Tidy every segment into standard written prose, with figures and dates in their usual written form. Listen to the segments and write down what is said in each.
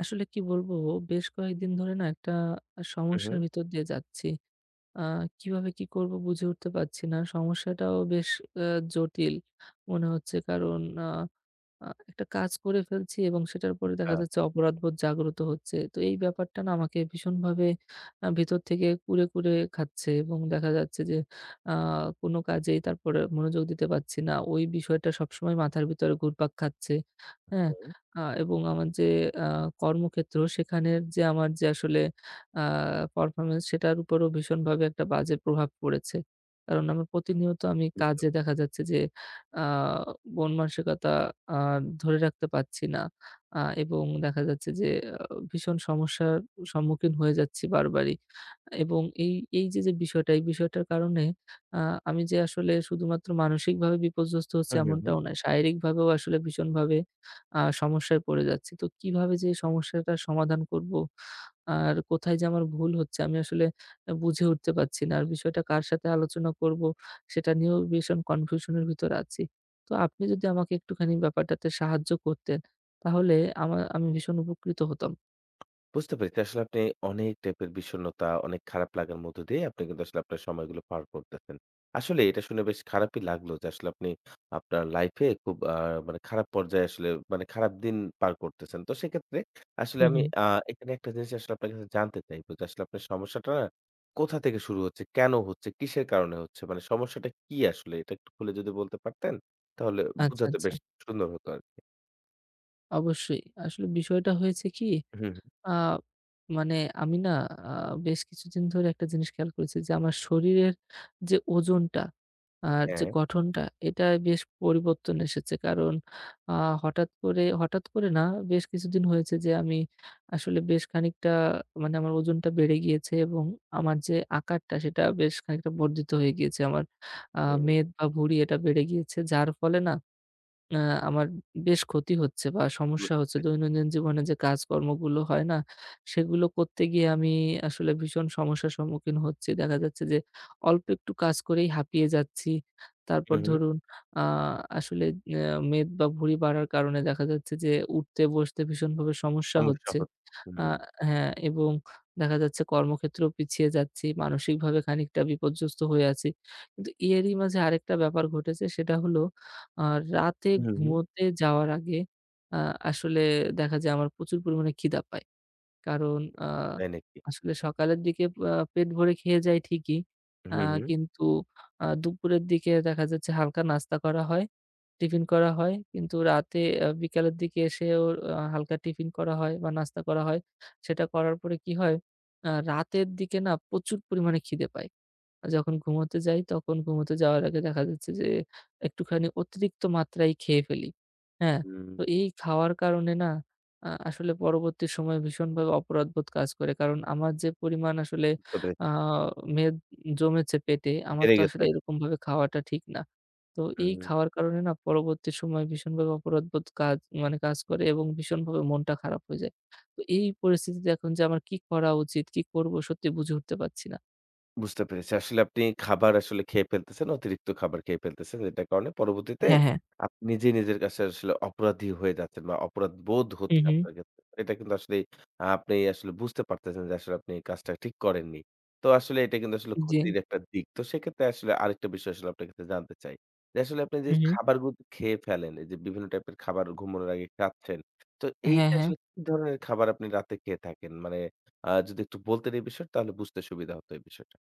আসলে কি বলবো, বেশ কয়েকদিন ধরে না একটা হু, হু। সমস্যার ভিতর দিয়ে যাচ্ছি। আ কিভাবে কি করব বুঝে উঠতে পারছি না। সমস্যাটাও বেশ আ জটিল মনে হচ্ছে। কারণ আ আ একটা কাজ করে ফেলছি এবং সেটার পরে দেখা হ্যাঁ, যাচ্ছে অপরাধবোধ জাগ্রত হচ্ছে। তো এই ব্যাপারটা না আমাকে ভীষণভাবে ভিতর থেকে কুরে, কুরে খাচ্ছে এবং দেখা যাচ্ছে যে আ কোনো কাজেই তারপরে মনোযোগ দিতে পারছি না। ওই বিষয়টা সবসময় মাথার ভিতরে ঘুরপাক খাচ্ছে। হ্যাঁ? হুম, এবং আমার যে আ কর্মক্ষেত্র সেখানের যে আমার যে আসলে আ পারফরম্যান্স সেটার উপরও ভীষণভাবে একটা বাজে প্রভাব পড়েছে। কারণ আমার প্রতিনিয়ত আমি বুঝতে কাজে দেখা যাচ্ছে যে আ মন মানসিকতা আ ধরে রাখতে পারছি না। এবং দেখা যাচ্ছে যে ভীষণ সমস্যার সম্মুখীন হয়ে যাচ্ছি বারবারই। এবং এই এই যে, বিষয়টা, এই বিষয়টার কারণে আ আমি যে আসলে শুধুমাত্র মানসিকভাবে বিপর্যস্ত হচ্ছি হু, হু, হু। এমনটাও নয়। শারীরিকভাবেও আসলে ভীষণভাবে সমস্যায় পড়ে যাচ্ছি। তো কিভাবে যে এই সমস্যাটার সমাধান করব? আর কোথায় যে আমার ভুল হচ্ছে আমি আসলে বুঝে উঠতে পারছি না। আর বিষয়টা কার সাথে আলোচনা করব সেটা নিয়েও ভীষণ কনফিউশন এর ভিতরে আছি। তো আপনি যদি আমাকে একটুখানি ব্যাপারটাতে সাহায্য করতেন তাহলে আমি ভীষণ উপকৃত হতাম। বুঝতে পেরেছি। আসলে আপনি অনেক টাইপের বিষণ্ণতা, অনেক খারাপ লাগার মধ্য দিয়ে আপনি কিন্তু আসলে আপনার সময়গুলো পার করতেছেন। আসলে এটা শুনে বেশ খারাপই লাগলো যে আসলে আপনি আপনার লাইফে খুব মানে খারাপ পর্যায়ে আসলে মানে খারাপ দিন পার করতেছেন। তো সেক্ষেত্রে আসলে হু, আমি হু। এখানে একটা জিনিস আসলে আপনার কাছে জানতে চাইবো যে আসলে আপনার সমস্যাটা না কোথা থেকে শুরু হচ্ছে? কেন হচ্ছে? কিসের কারণে হচ্ছে? মানে সমস্যাটা কি আসলে? এটা একটু খুলে যদি বলতে পারতেন তাহলে আচ্ছা, বুঝাতে আচ্ছা। বেশ সুন্দর হতো আরকি। অবশ্যই। আসলে বিষয়টা হয়েছে কি? হুম, হুম। আ মানে আমি না আ বেশ কিছুদিন ধরে একটা জিনিস খেয়াল করেছি যে, আমার শরীরের যে ওজনটা আর যে হ্যাঁ। গঠনটা, এটায় বেশ পরিবর্তন এসেছে। কারণ আ হঠাৎ করে হঠাৎ করে না, বেশ কিছুদিন হয়েছে যে আমি আসলে বেশ খানিকটা মানে আমার ওজনটা বেড়ে গিয়েছে এবং আমার যে আকারটা, সেটা বেশ খানিকটা বর্ধিত হয়ে গিয়েছে। আমার আ হুম। মেদ বা ভুঁড়ি এটা বেড়ে গিয়েছে। যার ফলে না আ আমার বেশ ক্ষতি হচ্ছে বা সমস্যা বুঝতে হচ্ছে। পেরেছি। দৈনন্দিন জীবনে যে কাজকর্মগুলো হয় না? সেগুলো করতে গিয়ে আমি আসলে ভীষণ সমস্যার সম্মুখীন হচ্ছি। দেখা যাচ্ছে যে অল্প একটু কাজ করেই হাঁপিয়ে যাচ্ছি। তারপর হু, হু। ধরুন আ আসলে অ্যা মেদ বা ভুঁড়ি বাড়ার কারণে দেখা যাচ্ছে যে উঠতে বসতে ভীষণভাবে সমস্যা সমস্যা হচ্ছে। হত হুম। আ হ্যাঁ, এবং দেখা যাচ্ছে কর্মক্ষেত্রেও পিছিয়ে যাচ্ছি। মানসিকভাবে খানিকটা বিপর্যস্ত হয়ে আছি। কিন্তু এরই মাঝে আরেকটা ব্যাপার ঘটেছে সেটা হলো আর রাতে হু, হু। ঘুমোতে যাওয়ার আগে আ আসলে দেখা যায় আমার প্রচুর পরিমাণে খিদা পায়। কারণ আ তাই নাকি? আসলে সকালের দিকে পেট ভরে খেয়ে যাই ঠিকই। আ হু, হু। কিন্তু দুপুরের দিকে দেখা যাচ্ছে হালকা নাস্তা করা হয়, টিফিন করা হয়। কিন্তু রাতে বিকালের দিকে এসেও হালকা টিফিন করা হয় বা নাস্তা করা হয়। সেটা করার পরে কি হয়, রাতের দিকে না প্রচুর পরিমাণে খিদে পায়। যখন ঘুমোতে যাই তখন ঘুমোতে যাওয়ার আগে দেখা যাচ্ছে যে একটুখানি অতিরিক্ত মাত্রায় খেয়ে ফেলি। হ্যাঁ? হুম, তো এই খাওয়ার কারণে না আসলে পরবর্তী সময়ে ভীষণভাবে অপরাধবোধ কাজ করে। কারণ আমার যে পরিমাণ আসলে বুঝতে পেরেছি। আ মেদ জমেছে পেটে আমার বেড়ে তো গেছে আসলে আরকি। এরকমভাবে খাওয়াটা ঠিক না। তো এই হুম। খাওয়ার কারণে না পরবর্তী সময়ে ভীষণভাবে অপরাধবোধ কাজ করে এবং ভীষণভাবে মনটা খারাপ হয়ে যায়। তো এই পরিস্থিতিতে এখন যে আমার কি করা উচিত, কি করব সত্যি বুঝে উঠতে পারছি না। বুঝতে পেরেছি। আসলে আপনি খাবার আসলে খেয়ে ফেলতেছেন, অতিরিক্ত খাবার খেয়ে ফেলতেছেন। যেটার কারণে পরবর্তীতে হ্যাঁ, হ্যাঁ। আপনি নিজে নিজের কাছে আসলে অপরাধী হয়ে যাচ্ছেন বা অপরাধ বোধ হু, হচ্ছে হু। আপনার ক্ষেত্রে। এটা কিন্তু আসলেই আপনি আসলে বুঝতে পারতেছেন যে আসলে আপনি এই কাজটা ঠিক করেননি। তো আসলে এটা কিন্তু আসলে জি। ক্ষতির একটা দিক। তো সেক্ষেত্রে আসলে আরেকটা বিষয় আসলে আপনার কাছে জানতে চাই। যে আসলে আপনি যে হু, হু। খাবারগুলো খেয়ে ফেলেন, এই যে বিভিন্ন টাইপের খাবার ঘুমানোর আগে খাচ্ছেন। তো হ্যাঁ, এইটা হ্যাঁ। আসলে কি ধরনের খাবার আপনি রাতে খেয়ে থাকেন? মানে যদি একটু বলতেন এই বিষয়টা তাহলে বুঝতে সুবিধা হতো এই বিষয়টা।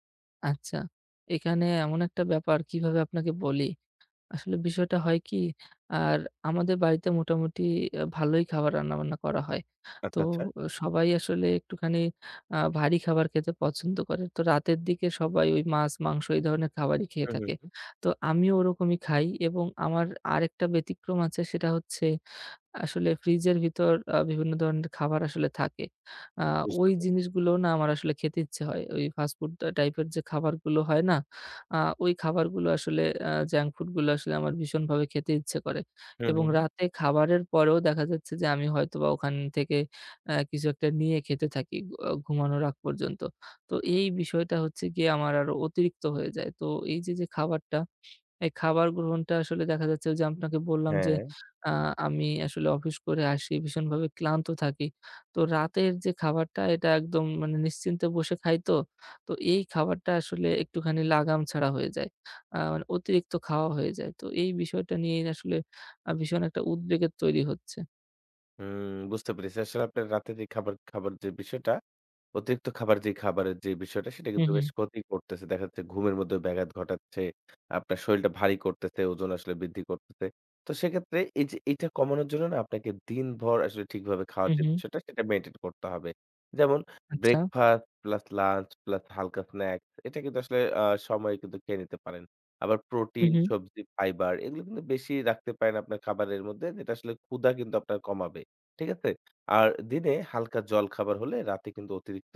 আচ্ছা। এখানে এমন একটা ব্যাপার কিভাবে আপনাকে বলি। আসলে বিষয়টা হয় কি আর আমাদের বাড়িতে মোটামুটি ভালোই খাবার রান্নাবান্না করা হয়। তো আচ্ছা, আচ্ছা। সবাই আসলে একটুখানি ভারী খাবার খেতে পছন্দ করে। তো রাতের দিকে সবাই ওই মাছ, মাংস এই ধরনের খাবারই খেয়ে হুম, হুম, থাকে। হুম। তো আমিও ওরকমই খাই এবং আমার আরেকটা ব্যতিক্রম আছে সেটা হচ্ছে আসলে ফ্রিজের ভিতর বিভিন্ন ধরনের খাবার আসলে থাকে। আ বুঝতে ওই পারছি। জিনিসগুলো না আমার আসলে খেতে ইচ্ছে হয়। ওই ফাস্ট ফুড টাইপের যে খাবারগুলো হয় না? আ ওই খাবারগুলো আসলে জাঙ্ক ফুডগুলো আসলে আমার ভীষণভাবে খেতে ইচ্ছে করে। হুম, এবং হুম, হুম। রাতে খাবারের পরেও দেখা যাচ্ছে যে আমি হয়তোবা ওখান থেকে কিছু একটা নিয়ে খেতে থাকি ঘুমানোর আগ পর্যন্ত। তো এই বিষয়টা হচ্ছে গিয়ে আমার আরো অতিরিক্ত হয়ে যায়। তো এই যে, খাবারটা এই খাবার গ্রহণটা আসলে দেখা যাচ্ছে যে আপনাকে বললাম যে হ্যাঁ। আ আমি আসলে অফিস করে আসি, ভীষণভাবে ক্লান্ত থাকি। তো রাতের যে খাবারটা এটা একদম মানে নিশ্চিন্তে বসে খাই তো। তো এই খাবারটা আসলে একটুখানি লাগাম ছাড়া হয়ে যায়। মানে অতিরিক্ত খাওয়া হয়ে যায়। তো এই বিষয়টা নিয়েই আসলে ভীষণ একটা উদ্বেগের তৈরি হচ্ছে। হুম, বুঝতে পেরেছি। আসলে আপনার রাতের এই খাবার খাবার যে বিষয়টা, অতিরিক্ত খাবার যে খাবারের যে বিষয়টা সেটা হু, কিন্তু হু, বেশ ক্ষতি করতেছে। দেখা যাচ্ছে ঘুমের মধ্যে ব্যাঘাত ঘটাচ্ছে। আপনার শরীলটা ভারী করতেছে, ওজন আসলে বৃদ্ধি করতেছে। তো সেক্ষেত্রে এই যে এইটা কমানোর জন্য না আপনাকে দিনভর আসলে ঠিকভাবে খাওয়ার হু, যে হু। বিষয়টা সেটা মেইনটেইন করতে হবে। যেমন আচ্ছা। ব্রেকফাস্ট প্লাস লাঞ্চ প্লাস হালকা স্ন্যাকস এটা কিন্তু আসলে সময়ে কিন্তু খেয়ে নিতে পারেন। আবার হু, প্রোটিন, হু, সবজি, ফাইবার এগুলো কিন্তু বেশি রাখতে পারেন আপনার খাবারের মধ্যে যেটা আসলে ক্ষুধা কিন্তু আপনার কমাবে। ঠিক আছে? আর দিনে হালকা জলখাবার হলে রাতে কিন্তু অতিরিক্ত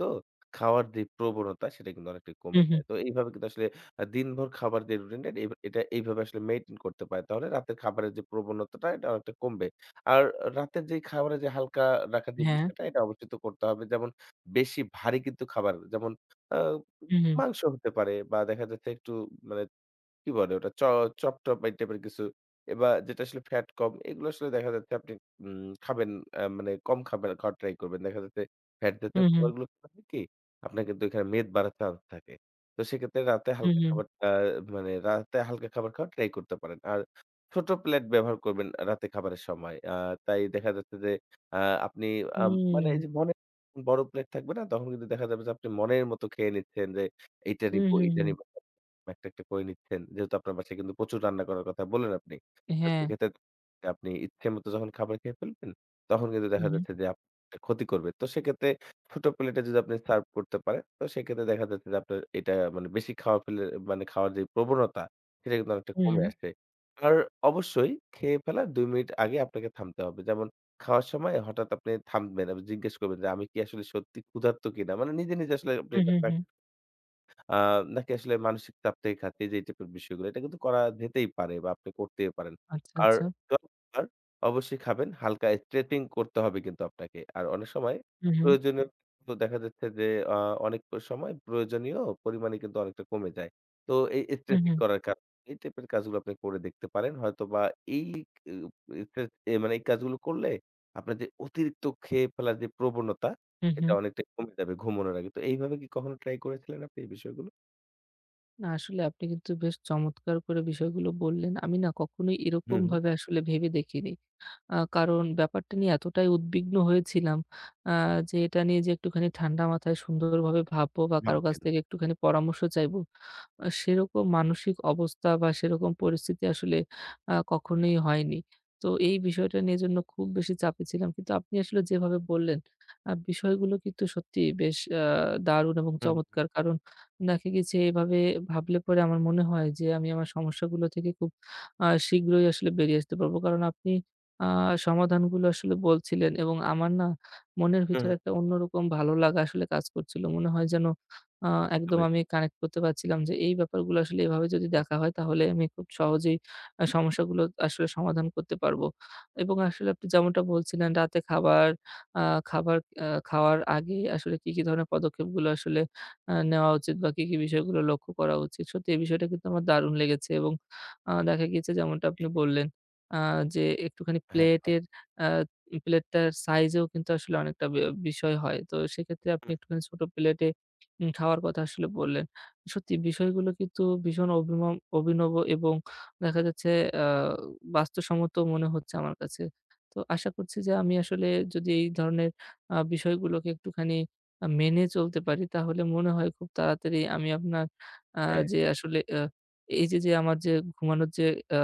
খাওয়ার যে প্রবণতা সেটা কিন্তু অনেকটাই হু, কমে হু। যায়। তো এইভাবে কিন্তু আসলে দিনভর খাবার যে রুটিনটা এটা এইভাবে আসলে মেইনটেইন করতে পারে। তাহলে রাতের খাবারের যে প্রবণতাটা এটা অনেকটা কমবে। আর রাতের যে খাবারের যে হালকা রাখার যে হ্যাঁ। বিষয়টা এটা অবশ্যই তো করতে হবে। যেমন বেশি ভারী কিন্তু খাবার যেমন আ হু, হু, মাংস হতে পারে বা দেখা যাচ্ছে একটু মানে কি বলে ওটা? চপ-টপ এই টাইপের কিছু এবা যেটা আসলে ফ্যাট কম এগুলো আসলে দেখা যাচ্ছে আপনি খাবেন মানে কম খাবেন খাওয়ার ট্রাই করবেন। দেখা যাচ্ছে ফ্যাট হু, জাতীয় হু, খাবারগুলো খেলে হয় কি? আপনার কিন্তু এখানে মেদ বাড়ার চান্স থাকে। তো সেক্ষেত্রে রাতে হু, হালকা হু। খাবার মানে রাতে হালকা খাবার খাওয়ার ট্রাই করতে পারেন। আর ছোট প্লেট ব্যবহার করবেন রাতে খাবারের সময়। তাই দেখা যাচ্ছে যে আ আপনি মানে হুম। এই যে মনে বড় প্লেট থাকবে না? তখন কিন্তু দেখা যাবে যে আপনি মনের মতো খেয়ে নিচ্ছেন যে এইটা হু, নিবো, হু, এইটা হু। নিবো। একটা, একটা করে নিচ্ছেন। যেহেতু আপনার বাসায় কিন্তু প্রচুর রান্না করার কথা বললেন আপনি। তো হ্যাঁ। সেক্ষেত্রে আপনি ইচ্ছেমতো যখন খাবার খেয়ে ফেলবেন, তখন কিন্তু হু, দেখা হু, যাচ্ছে যে আপনার ক্ষতি করবে। তো সেক্ষেত্রে ছোট প্লেটে যদি আপনি সার্ভ করতে পারেন, তো সেক্ষেত্রে দেখা যাচ্ছে যে আপনার এটা মানে বেশি খাওয়া ফেলে মানে খাওয়ার যে প্রবণতা, সেটা কিন্তু অনেকটা হু, হু, কমে আসে। আর অবশ্যই খেয়ে ফেলার ২ মিনিট আগে আপনাকে থামতে হবে। যেমন খাওয়ার সময় হঠাৎ আপনি থামবেন। আপনি জিজ্ঞেস করবেন যে, "আমি কি আসলে সত্যি ক্ষুধার্ত কিনা?" মানে নিজে, নিজে আসলে আপনি হু, এটা হু, হু। আ নাকি আসলে মানসিক চাপ থেকে খাচ্ছে যে এই টাইপের বিষয়গুলো। এটা কিন্তু করা যেতেই পারে বা আপনি করতেই পারেন। আচ্ছা, আর আচ্ছা। জলখাবার অবশ্যই খাবেন। হালকা স্ট্রেচিং করতে হবে কিন্তু আপনাকে। আর অনেক সময় হু, হু, প্রয়োজনীয় তো দেখা যাচ্ছে যে আ অনেক সময় প্রয়োজনীয় পরিমাণে কিন্তু অনেকটা কমে যায়। তো এই হু, স্ট্রেচিং হু, করার কাজ এই টাইপের কাজগুলো আপনি করে দেখতে পারেন। হয়তোবা এই স্ট্রেচ মানে এই কাজগুলো করলে আপনার যে অতিরিক্ত খেয়ে ফেলার যে প্রবণতা হু, হু। এটা অনেকটাই কমে যাবে ঘুমানোর আগে। তো এইভাবে কি কখনো ট্রাই করেছিলেন আপনি এই বিষয়গুলো? না আসলে আপনি কিন্তু বেশ চমৎকার করে বিষয়গুলো বললেন। আমি না কখনোই হুম, হুম। এরকমভাবে আসলে ভেবে দেখিনি। কারণ ব্যাপারটা নিয়ে এতটাই উদ্বিগ্ন হয়েছিলাম আ যে এটা নিয়ে যে একটুখানি ঠান্ডা মাথায় সুন্দরভাবে ভাববো বা কারো কাছ ভাববেন। থেকে একটুখানি পরামর্শ চাইবো সেরকম মানসিক অবস্থা বা সেরকম পরিস্থিতি আসলে কখনোই হয়নি। তো এই বিষয়টা নিয়ে জন্য খুব বেশি চাপে ছিলাম। কিন্তু আপনি আসলে যেভাবে বললেন, বিষয়গুলো কিন্তু সত্যিই বেশ দারুণ এবং হুম, চমৎকার। কারণ দেখা গেছে এভাবে ভাবলে পরে আমার মনে হয় যে আমি আমার সমস্যাগুলো থেকে খুব শীঘ্রই আসলে বেরিয়ে আসতে পারবো। কারণ আপনি আ সমাধানগুলো আসলে বলছিলেন এবং আমার না মনের হুম, ভিতরে একটা অন্যরকম ভালো লাগা আসলে কাজ করছিল। মনে হয় যেন আ বুঝতে একদম পেরেছি। আমি কানেক্ট করতে পারছিলাম যে এই ব্যাপারগুলো আসলে এভাবে যদি হ্যাঁ, দেখা হয় তাহলে আমি খুব সহজেই সমস্যাগুলো আসলে সমাধান করতে পারবো। এবং আসলে আপনি যেমনটা বলছিলেন রাতে খাবার আ খাবার আ খাওয়ার আগে আসলে কি, কি ধরনের পদক্ষেপগুলো আসলে নেওয়া উচিত বা কি, কি বিষয়গুলো লক্ষ্য করা উচিত। সত্যি এই বিষয়টা কিন্তু আমার দারুণ লেগেছে এবং দেখা গিয়েছে যেমনটা জি, আপনি জি। বললেন আ যে একটুখানি হ্যাঁ, হ্যাঁ। প্লেটের আ প্লেটটার সাইজেও কিন্তু আসলে অনেকটা বিষয় হয়। তো সেক্ষেত্রে আপনি হুম, একটুখানি ছোট প্লেটে খাওয়ার কথা আসলে বললেন। সত্যি বিষয়গুলো কিন্তু ভীষণ অভিনব এবং দেখা যাচ্ছে আ বাস্তবসম্মত মনে হচ্ছে আমার কাছে। তো আশা করছি যে আমি আসলে যদি এই ধরনের বিষয়গুলোকে একটুখানি মেনে চলতে পারি তাহলে মনে হয় খুব তাড়াতাড়ি আমি আপনার আ হ্যাঁ, যে আসলে এই যে, আমার যে ঘুমানোর যে আ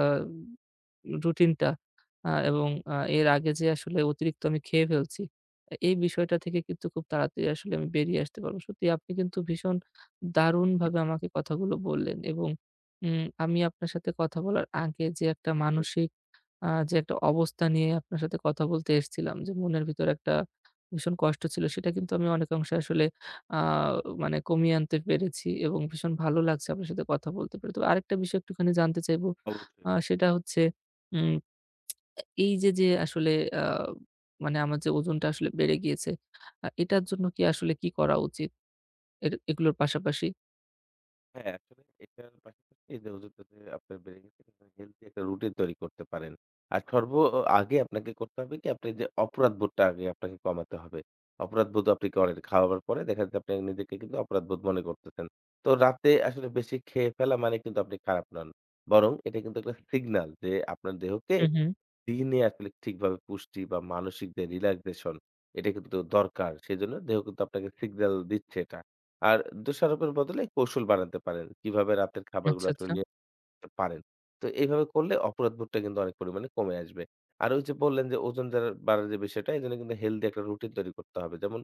রুটিনটা এবং এর আগে যে আসলে অতিরিক্ত আমি খেয়ে ফেলছি, এই বিষয়টা থেকে কিন্তু খুব তাড়াতাড়ি আসলে আমি বেরিয়ে আসতে পারবো। সত্যি আপনি কিন্তু ভীষণ জি, দারুণভাবে আমাকে কথাগুলো বললেন এবং আমি আপনার সাথে কথা বলার আগে যে একটা হুম, মানসিক যে একটা অবস্থা নিয়ে আপনার সাথে কথা বলতে এসেছিলাম যে মনের ভিতরে একটা ভীষণ কষ্ট ছিল সেটা কিন্তু আমি অনেকাংশে আসলে আ মানে কমিয়ে আনতে পেরেছি এবং ভীষণ ভালো লাগছে আপনার সাথে কথা বলতে পেরে। তবে আরেকটা বিষয় একটুখানি জানতে চাইবো। অবশ্যই। সেটা হচ্ছে উম এই যে, আসলে আ মানে আমার যে ওজনটা আসলে বেড়ে গিয়েছে, এটার জন্য কি আসলে কি করা উচিত? এগুলোর পাশাপাশি? হ্যাঁ, আসলে এটার পাশাপাশি এই যে ওজন যাতে আপনার বেড়ে গেছে হেলথি একটা রুটিন তৈরি করতে পারেন। আর সর্ব আগে আপনাকে করতে হবে কি আপনি যে অপরাধবোধটা আগে আপনাকে কমাতে হবে। অপরাধবোধ আপনি করেন খাওয়ার পরে দেখা যাচ্ছে আপনি নিজেকে কিন্তু অপরাধবোধ মনে করতেছেন। তো রাতে আসলে বেশি খেয়ে ফেলা মানে কিন্তু আপনি খারাপ নন। বরং এটা কিন্তু একটা সিগনাল যে আপনার দেহকে হু, হু। দিনে আসলে ঠিকভাবে পুষ্টি বা মানসিক যে রিল্যাক্সেশন এটা কিন্তু দরকার। সেজন্য দেহ কিন্তু আপনাকে সিগন্যাল দিচ্ছে এটা। আর দোষারোপের বদলে কৌশল বানাতে পারেন। কিভাবে রাতের আচ্ছা, খাবারগুলো আচ্ছা। আসলে পারেন। তো এইভাবে করলে অপরাধবোধটা কিন্তু অনেক পরিমাণে কমে আসবে। আর ওই যে বললেন যে ওজন যারা বাড়ার যে বিষয়টা এজন্য কিন্তু হেলথি একটা রুটিন তৈরি করতে হবে। যেমন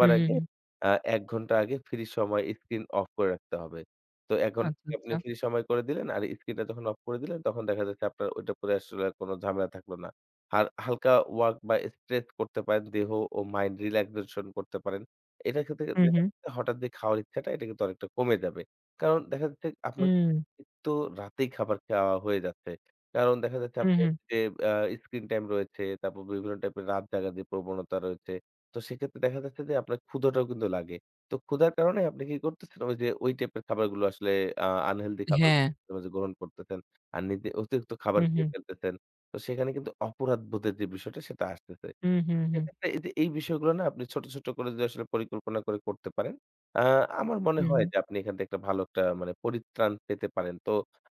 হু, হু, আগে হু। আ ১ ঘন্টা আগে ফ্রি সময় স্ক্রিন অফ করে রাখতে হবে। তো ১ ঘন্টা আচ্ছা, আগে আপনি আচ্ছা। ফ্রি সময় করে দিলেন আর স্ক্রিনটা যখন অফ করে দিলেন তখন দেখা যাচ্ছে আপনার ওইটা পরে আসলে আর কোনো ঝামেলা থাকলো না। আর হালকা ওয়ার্ক বা স্ট্রেচ করতে পারেন, দেহ ও মাইন্ড রিল্যাক্সেশন করতে পারেন। এটা ক্ষেত্রে হু, হু। দেখা যাচ্ছে হঠাৎ যে খাওয়ার ইচ্ছাটা এটা কিন্তু অনেকটা কমে যাবে। কারণ দেখা যাচ্ছে আপনার হুম, কিন্তু রাতেই খাবার খাওয়া হয়ে যাচ্ছে। কারণ দেখা যাচ্ছে হু, আপনি হু। যে আ স্ক্রিন টাইম রয়েছে, তারপর বিভিন্ন টাইপের রাত জাগার যে প্রবণতা রয়েছে। তো সেক্ষেত্রে দেখা যাচ্ছে যে আপনার ক্ষুধাটাও কিন্তু লাগে। তো ক্ষুধার কারণে আপনি কি করতেছেন? ওই যে ওই টাইপের খাবারগুলো আসলে আ আনহেলথি খাবার হ্যাঁ। মাঝে, মাঝে গ্রহণ করতেছেন। আর নিজে অতিরিক্ত হু, খাবার হু। খেয়ে ফেলতেছেন। তো সেখানে কিন্তু অপরাধবোধের যে বিষয়টা সেটা আসতেছে। হু, হু, হু। সেক্ষেত্রে এই যে এই বিষয়গুলো না আপনি ছোট, ছোট করে যদি আসলে পরিকল্পনা করে করতে পারেন, আ আমার মনে হুম, হয় হুম। যে আপনি এখান থেকে একটা ভালো একটা মানে পরিত্রাণ পেতে পারেন। তো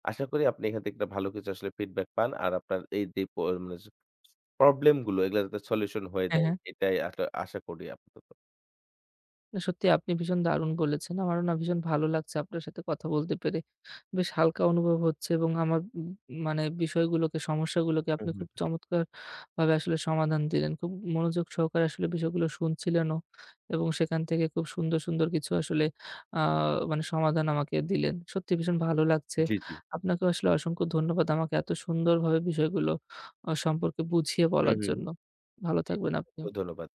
আশা করি আপনি এখান থেকে একটা ভালো কিছু আসলে ফিডব্যাক পান। আর আপনার এই যে মানে প্রবলেম গুলো এগুলা যাতে সলিউশন হয়ে হ্যাঁ, যায় হ্যাঁ। এটাই আশা করি আপাতত। না সত্যি আপনি ভীষণ দারুণ বলেছেন। আমারও না ভীষণ ভালো লাগছে আপনার সাথে কথা বলতে পেরে। বেশ হালকা অনুভব হচ্ছে এবং আমার মানে বিষয়গুলোকে সমস্যাগুলোকে হুম, আপনি খুব হুম। চমৎকারভাবে আসলে সমাধান দিলেন। খুব মনোযোগ সহকারে আসলে বিষয়গুলো শুনছিলেনও এবং সেখান থেকে খুব সুন্দর, সুন্দর কিছু আসলে আ মানে সমাধান আমাকে দিলেন। সত্যি ভীষণ ভালো লাগছে। জি, জি। আপনাকেও আসলে অসংখ্য ধন্যবাদ আমাকে এত সুন্দরভাবে বিষয়গুলো সম্পর্কে বুঝিয়ে হুম, বলার হুম। হুম। জন্য। ভালো জি। থাকবেন আপনিও। ধন্যবাদ।